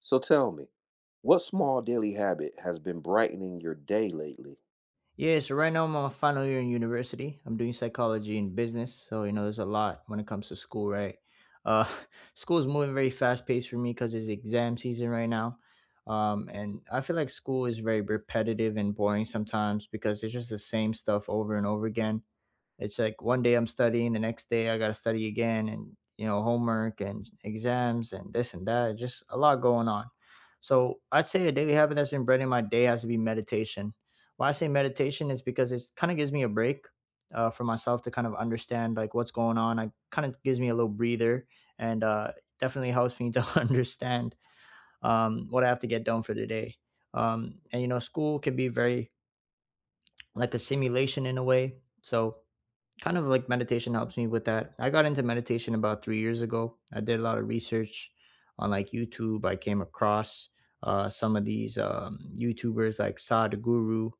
So tell me, what small daily habit has been brightening your day lately? Yeah, so right now I'm on my final year in university. I'm doing psychology and business. So, you know, there's a lot when it comes to school, right? Uh, school is moving very fast paced for me because it's exam season right now. And I feel like school is very repetitive and boring sometimes because it's just the same stuff over and over again. It's like one day I'm studying, the next day I got to study again, and you know, homework and exams and this and that. Just a lot going on. So I'd say a daily habit that's been bred in my day has to be meditation. Why I say meditation is because it's kind of gives me a break for myself to kind of understand like what's going on. It kind of gives me a little breather and definitely helps me to understand what I have to get done for the day. And you know, school can be very like a simulation in a way. So kind of like meditation helps me with that. I got into meditation about 3 years ago. I did a lot of research on like YouTube. I came across some of these YouTubers like Sadhguru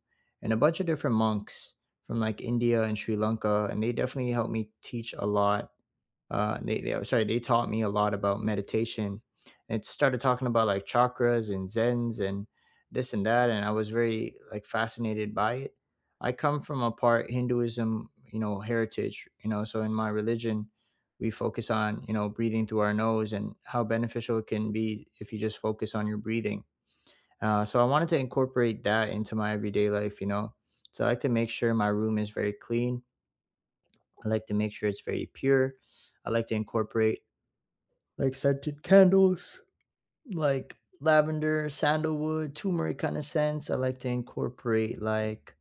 and a bunch of different monks from like India and Sri Lanka, and they definitely helped me teach a lot they sorry they taught me a lot about meditation and started talking about like chakras and zens and this and that and I was very like fascinated by it. I come from a part hinduism, you know, heritage, you know, so in my religion we focus on, you know, breathing through our nose and how beneficial it can be if you just focus on your breathing. So I wanted to incorporate that into my everyday life, you know, so I like to make sure my room is very clean. I like to make sure it's very pure. I like to incorporate like scented candles, like lavender, sandalwood, turmeric kind of scents. I like to incorporate like,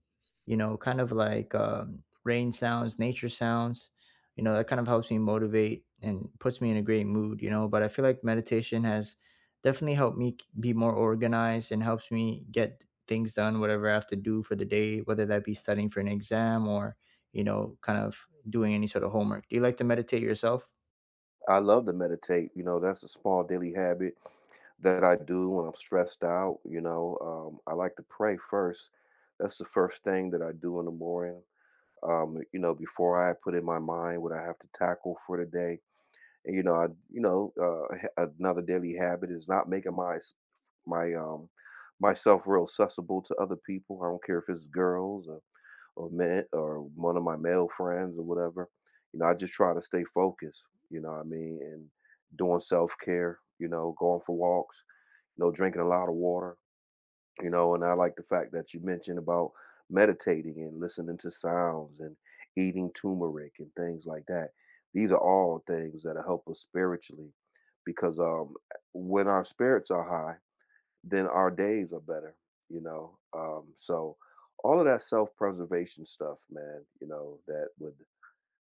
you know, kind of like rain sounds, nature sounds. You know, that kind of helps me motivate and puts me in a great mood. You know, but I feel like meditation has definitely helped me be more organized and helps me get things done, whatever I have to do for the day, whether that be studying for an exam or, you know, kind of doing any sort of homework. Do you like to meditate yourself? I love to meditate. You know, that's a small daily habit that I do when I'm stressed out. I like to pray first. That's the first thing that I do in the morning. Before I put in my mind what I have to tackle for the day. And, you know, I, you know, h- Another daily habit is not making my s- my myself real accessible to other people. I don't care if it's girls or man or one of my male friends or whatever. You know, I just try to stay focused, you know what I mean, and doing self-care, you know, going for walks, you know, drinking a lot of water, you know, and I like the fact that you mentioned about meditating and listening to sounds and eating turmeric and things like that. These are all things that help us spiritually because when our spirits are high, then our days are better, you know. So all of that self-preservation stuff, man, you know, that would,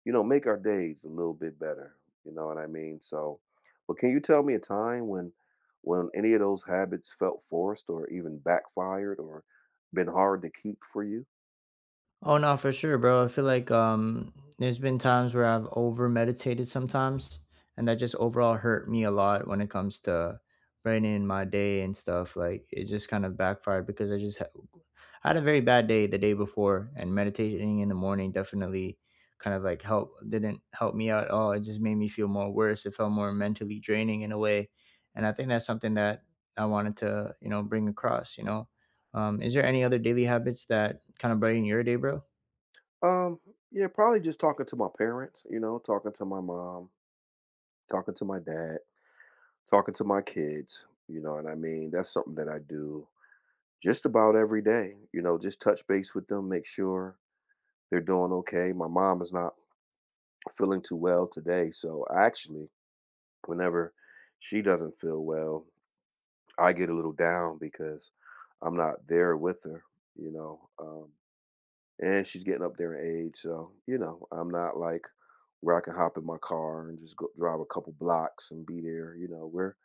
you know, make our days a little bit better. You know what I mean? So, but can you tell me a time when any of those habits felt forced or even backfired or been hard to keep for you? Oh no, for sure, bro. I feel like there's been times where I've over meditated sometimes and that just overall hurt me a lot when it comes to brightening my day and stuff. Like it just kind of backfired because I had a very bad day the day before and meditating in the morning definitely kind of like help didn't help me out at all. It just made me feel more worse. It felt more mentally draining in a way. And I think that's something that I wanted to, you know, bring across, you know. Is there any other daily habits that kind of brighten your day, bro? Um, yeah, probably just talking to my parents, you know, talking to my mom, talking to my dad, talking to my kids, you know what I mean? That's something that I do just about every day, you know, just touch base with them, make sure they're doing okay. My mom is not feeling too well today, so actually, whenever she doesn't feel well, I get a little down because I'm not there with her, you know. And she's getting up there in age, so you know, I'm not like where I can hop in my car and just go drive a couple blocks and be there. You know, we're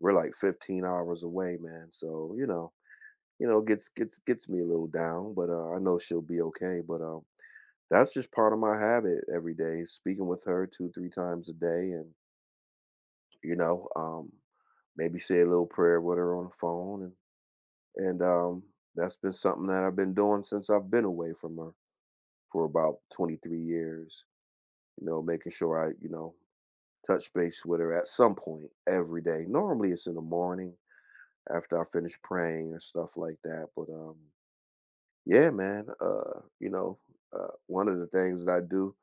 we're like 15 hours away, man. So you know, gets me a little down, but, I know she'll be okay, but, that's just part of my habit every day, speaking with her 2, 3 times a day and, you know, maybe say a little prayer with her on the phone and that's been something that I've been doing since I've been away from her for about 23 years, you know, making sure I, you know, touch base with her at some point every day. Normally, it's in the morning after I finish praying or stuff like that, but, um, yeah, man. One of the things that I do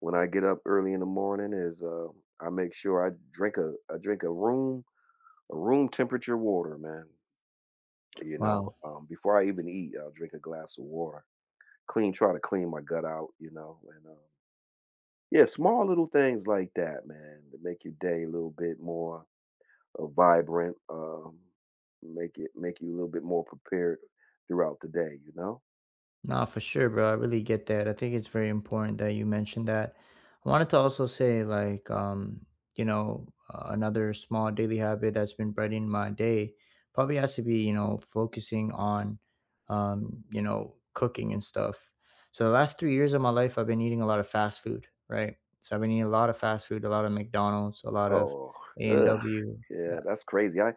when I get up early in the morning is I make sure I drink a— I drink a room temperature water, man. You know, Wow. Before I even eat, I'll drink a glass of water. Clean, try to clean my gut out. You know, and yeah, small little things like that, man, to make your day a little bit more vibrant. Make it— make you a little bit more prepared throughout the day. You know. Nah, for sure, bro. I really get that. I think it's very important that you mentioned that. I wanted to also say, like, you know, another small daily habit that's been bred in my day probably has to be, you know, focusing on, you know, cooking and stuff. So the last 3 years of my life, I've been eating a lot of fast food, right? So I've been eating a lot of fast food, a lot of McDonald's, a lot of Oh, A and ugh. W. Yeah, that's crazy. I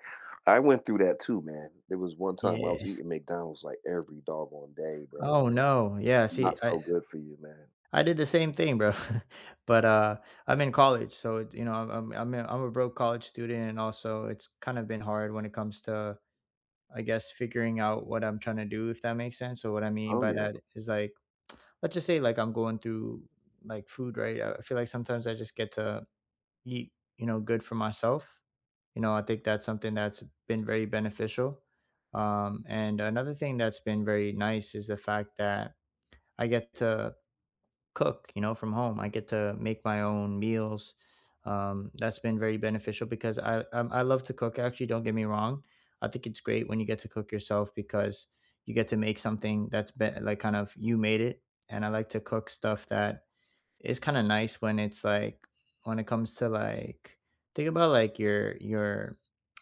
I went through that too, man. There was one time I was Yeah. eating McDonald's like every doggone day, bro. Like, Oh no. it's Yeah. See, not I, so good for you, man. I did the same thing, bro. But I'm in college, so you know, I'm a broke college student, and also it's kind of been hard when it comes to, I guess, figuring out what I'm trying to do, if that makes sense. So what I mean Oh by yeah. that is like, let's just say like I'm going through like food, right? I feel like sometimes I just get to eat, you know, good for myself. You know, I think that's something that's been very beneficial. And another thing that's been very nice is the fact that I get to cook, you know, from home. I get to make my own meals. That's been very beneficial because I love to cook. Actually, don't get me wrong. I think it's great when you get to cook yourself because you get to make something that's like kind of you made it. And I like to cook stuff that it's kind of nice when it's like when it comes to like think about like your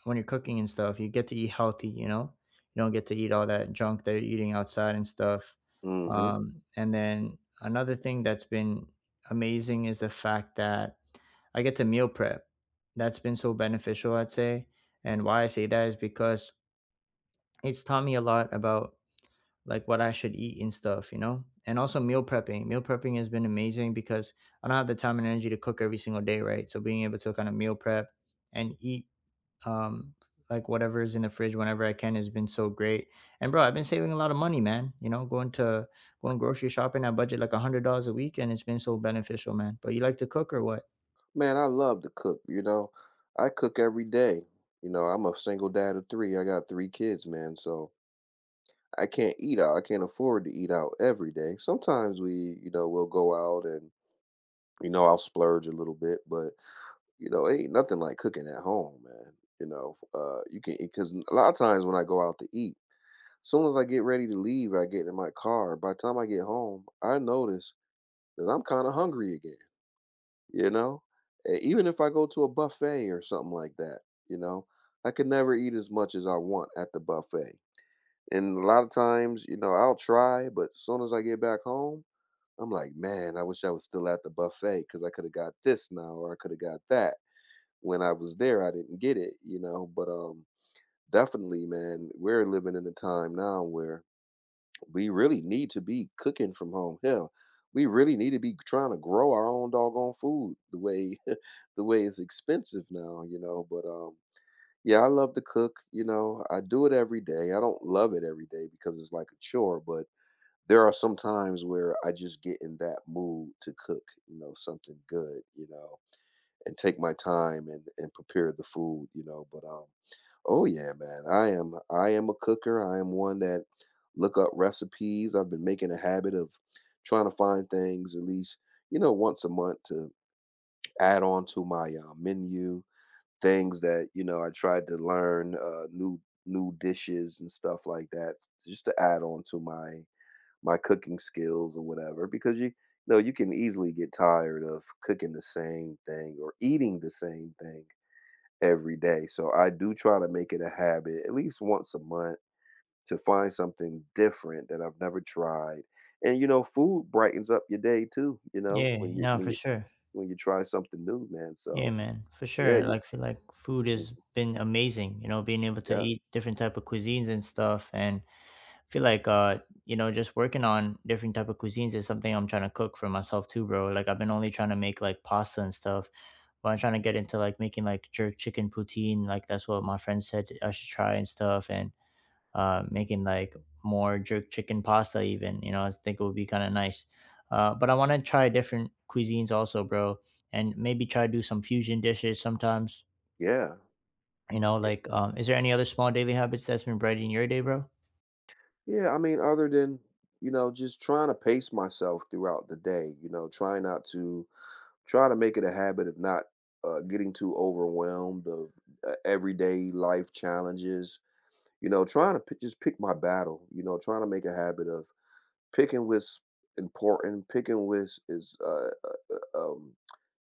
when you're cooking and stuff. You get to eat healthy, you know, you don't get to eat all that junk that you're eating outside and stuff. Hmm. And then another thing that's been amazing is the fact that I get to meal prep. That's been so beneficial, I'd say, and why I say that is because it's taught me a lot about like what I should eat and stuff, you know? And also meal prepping. Meal prepping has been amazing because I don't have the time and energy to cook every single day, right? So being able to kind of meal prep and eat um like whatever is in the fridge whenever I can has been so great. And bro, I've been saving a lot of money, man. You know, going grocery shopping, I budget like $100 a week and it's been so beneficial, man. But you like to cook or what? Man, I love to cook, you know. I cook every day. You know, I'm a single dad of three. I got three kids, man. So I can't eat out. I can't afford to eat out every day. Sometimes we, you know, we'll go out and, you know, I'll splurge a little bit, but you know, it ain't nothing like cooking at home, man. You know, you can, because a lot of times when I go out to eat, soon as I get ready to leave, I get in my car. By the time I get home, I notice that I'm kind of hungry again, you know? E- even if I go to a buffet or something like that, you know, I can never eat as much as I want at the buffet. And a lot of times, you know, I'll try, but as soon as I get back home, I'm like, man, I wish I was still at the buffet because I could have got this now or I could have got that. When I was there, I didn't get it, you know. But definitely, man, we're living in a time now where we really need to be cooking from home. Hell, we really need to be trying to grow our own doggone food the way the way it's expensive now, you know. But yeah, I love to cook. You know, I do it every day. I don't love it every day because it's like a chore, but there are some times where I just get in that mood to cook, you know, something good, you know, and take my time and prepare the food, you know. But oh yeah, man. I am a cooker. I am one that look up recipes. I've been making a habit of trying to find things at least, you know, once a month to add on to my menu, things that, you know, I tried to learn new dishes and stuff like that just to add on to my cooking skills or whatever because you know, you can easily get tired of cooking the same thing or eating the same thing every day. So I do try to make it a habit at least once a month to find something different that I've never tried. And you know, food brightens up your day too, you know, Yeah, when you you know, when for you sure. when you try something new, man. Yeah, So man, for yeah, sure. Like, feel like food has been amazing. You know, being able to yeah, eat different type of cuisines and stuff, and feel like you know, just working on different type of cuisines is something I'm trying to cook for myself too, bro. Like I've been only trying to make like pasta and stuff, but I'm trying to get into like making like jerk chicken poutine, like that's what my friend said I should try and stuff. And making like more jerk chicken pasta even, you know, I think it would be kind of nice. But I want to try different cuisines also, bro, and maybe try to do some fusion dishes sometimes, yeah. you know. y- Like, is there any other small daily habits that's been brightening your day, bro? Yeah, I mean, other than, you know, just trying to pace myself throughout the day, you know, try not to try to make it a habit of not getting too overwhelmed of everyday life challenges. You know, trying to pick my battle, you know, trying to make a habit of picking what's important, picking what's is, um,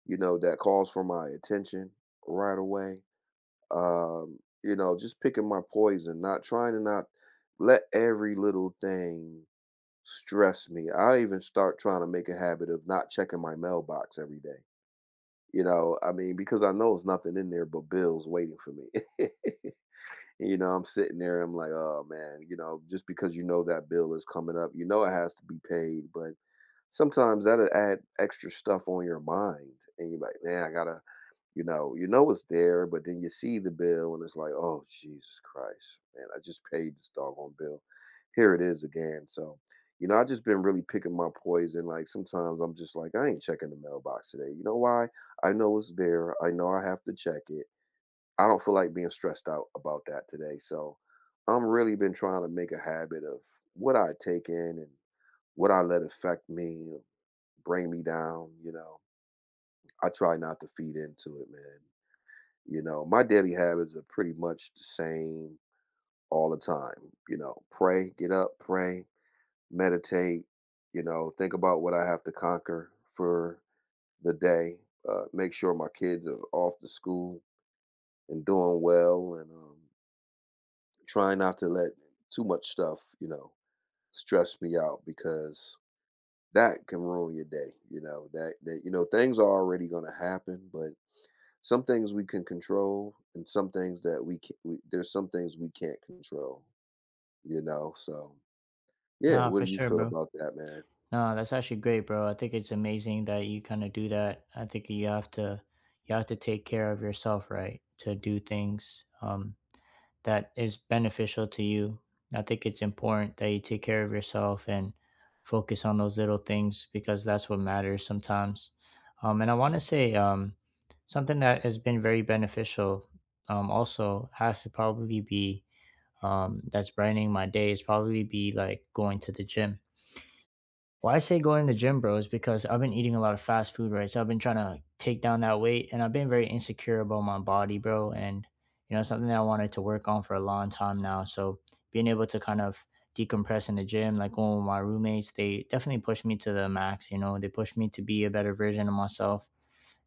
you know, that calls for my attention right away. You know, just picking my poison, not trying to not let every little thing stress me. I even start trying to make a habit of not checking my mailbox every day. You know, I mean, because I know it's nothing in there but bills waiting for me. You know, I'm sitting there, I'm like, "Oh, man," you know, just because you know that bill is coming up, you know it has to be paid, but sometimes that'll add extra stuff on your mind, and you're like, "Man, I gotta," you know it's there, but then you see the bill, and it's like, "Oh, Jesus Christ, man, I just paid this doggone bill. Here it is again." So, you know, I just been really picking my poison, like, sometimes I'm just like, "I ain't checking the mailbox today." You know why? I know it's there, I know I have to check it, I don't feel like being stressed out about that today. So I'm really been trying to make a habit of what I take in and what I let affect me, bring me down, you know. I try not to feed into it, man. You know, my daily habits are pretty much the same all the time. You know, pray, get up, pray, meditate, you know, think about what I have to conquer for the day. Make sure my kids are off to school and doing well and try not to let too much stuff, you know, stress me out because that can ruin your day, you know, that that you know things are already going to happen, but some things we can control and some things that there's some things we can't control, you know. So, yeah, No, what for do you sure, feel bro. about that, man? No, that's actually great, bro. I think it's amazing that you kind of do that. I think you have to take care of yourself, right? To do things. That is beneficial to you. I think it's important that you take care of yourself and focus on those little things because that's what matters sometimes. And I want to say something that has been very beneficial, also has to probably be, that's brightening my day is probably be like going to the gym. Well, I say go in the gym, bro, is because I've been eating a lot of fast food, right? So I've been trying to take down that weight and I've been very insecure about my body, bro. And, you know, something that I wanted to work on for a long time now. So being able to kind of decompress in the gym, like going with my roommates, they definitely pushed me to the max, you know, they pushed me to be a better version of myself.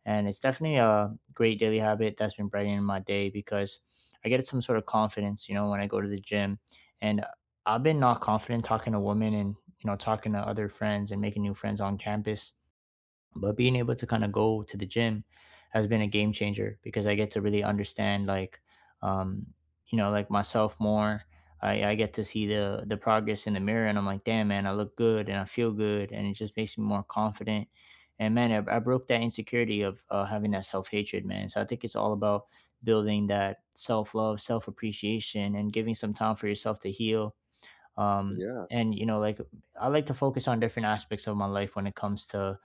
And it's definitely a great daily habit that's been brightening my day because I get some sort of confidence, you know, when I go to the gym. And I've been not confident talking to women and, you know, talking to other friends and making new friends on campus. But being able to kind of go to the gym has been a game changer because I get to really understand like, um, you know, like myself more. I get to see the progress in the mirror and I'm like, damn man, I look good and I feel good and it just makes me more confident. And man, I broke that insecurity of having that self hatred, man. So I think it's all about building that self love, self appreciation, and giving some time for yourself to heal, um Yeah. and you know, like, I like to focus on different aspects of my life when it comes to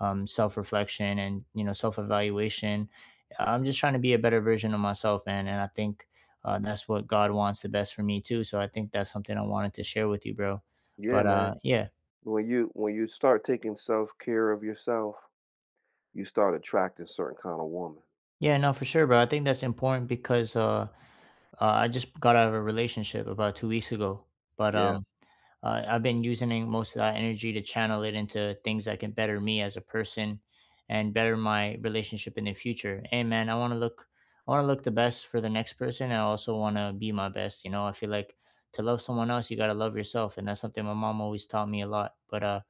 self-reflection and, you know, self-evaluation. I'm just trying to be a better version of myself, man, and I think that's what god wants the best for me too, so I think that's something I wanted to share with you, bro. Yeah, but man. uh yeah When you start taking self-care of yourself, you start attracting certain kind of woman. Yeah, no, for sure, bro. I think that's important because I just got out of a relationship about 2 weeks ago, but Yeah. um I've been using most of that energy to channel it into things that can better me as a person and better my relationship in the future. Hey man, I want to look the best for the next person. I also want to be my best. You know, I feel like to love someone else, you got to love yourself. And that's something my mom always taught me a lot. But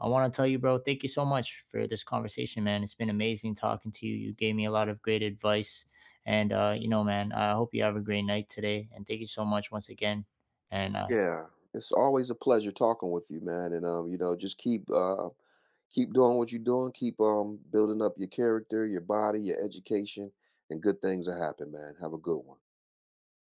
I want to tell you, bro, thank you so much for this conversation, man. It's been amazing talking to you. You gave me a lot of great advice. And, you know, man, I hope you have a great night today. And thank you so much once again. And Yeah. It's always a pleasure talking with you, man, and you know, just keep doing what you're doing. Keep building up your character, your body, your education, and good things will happen, man. Have a good one.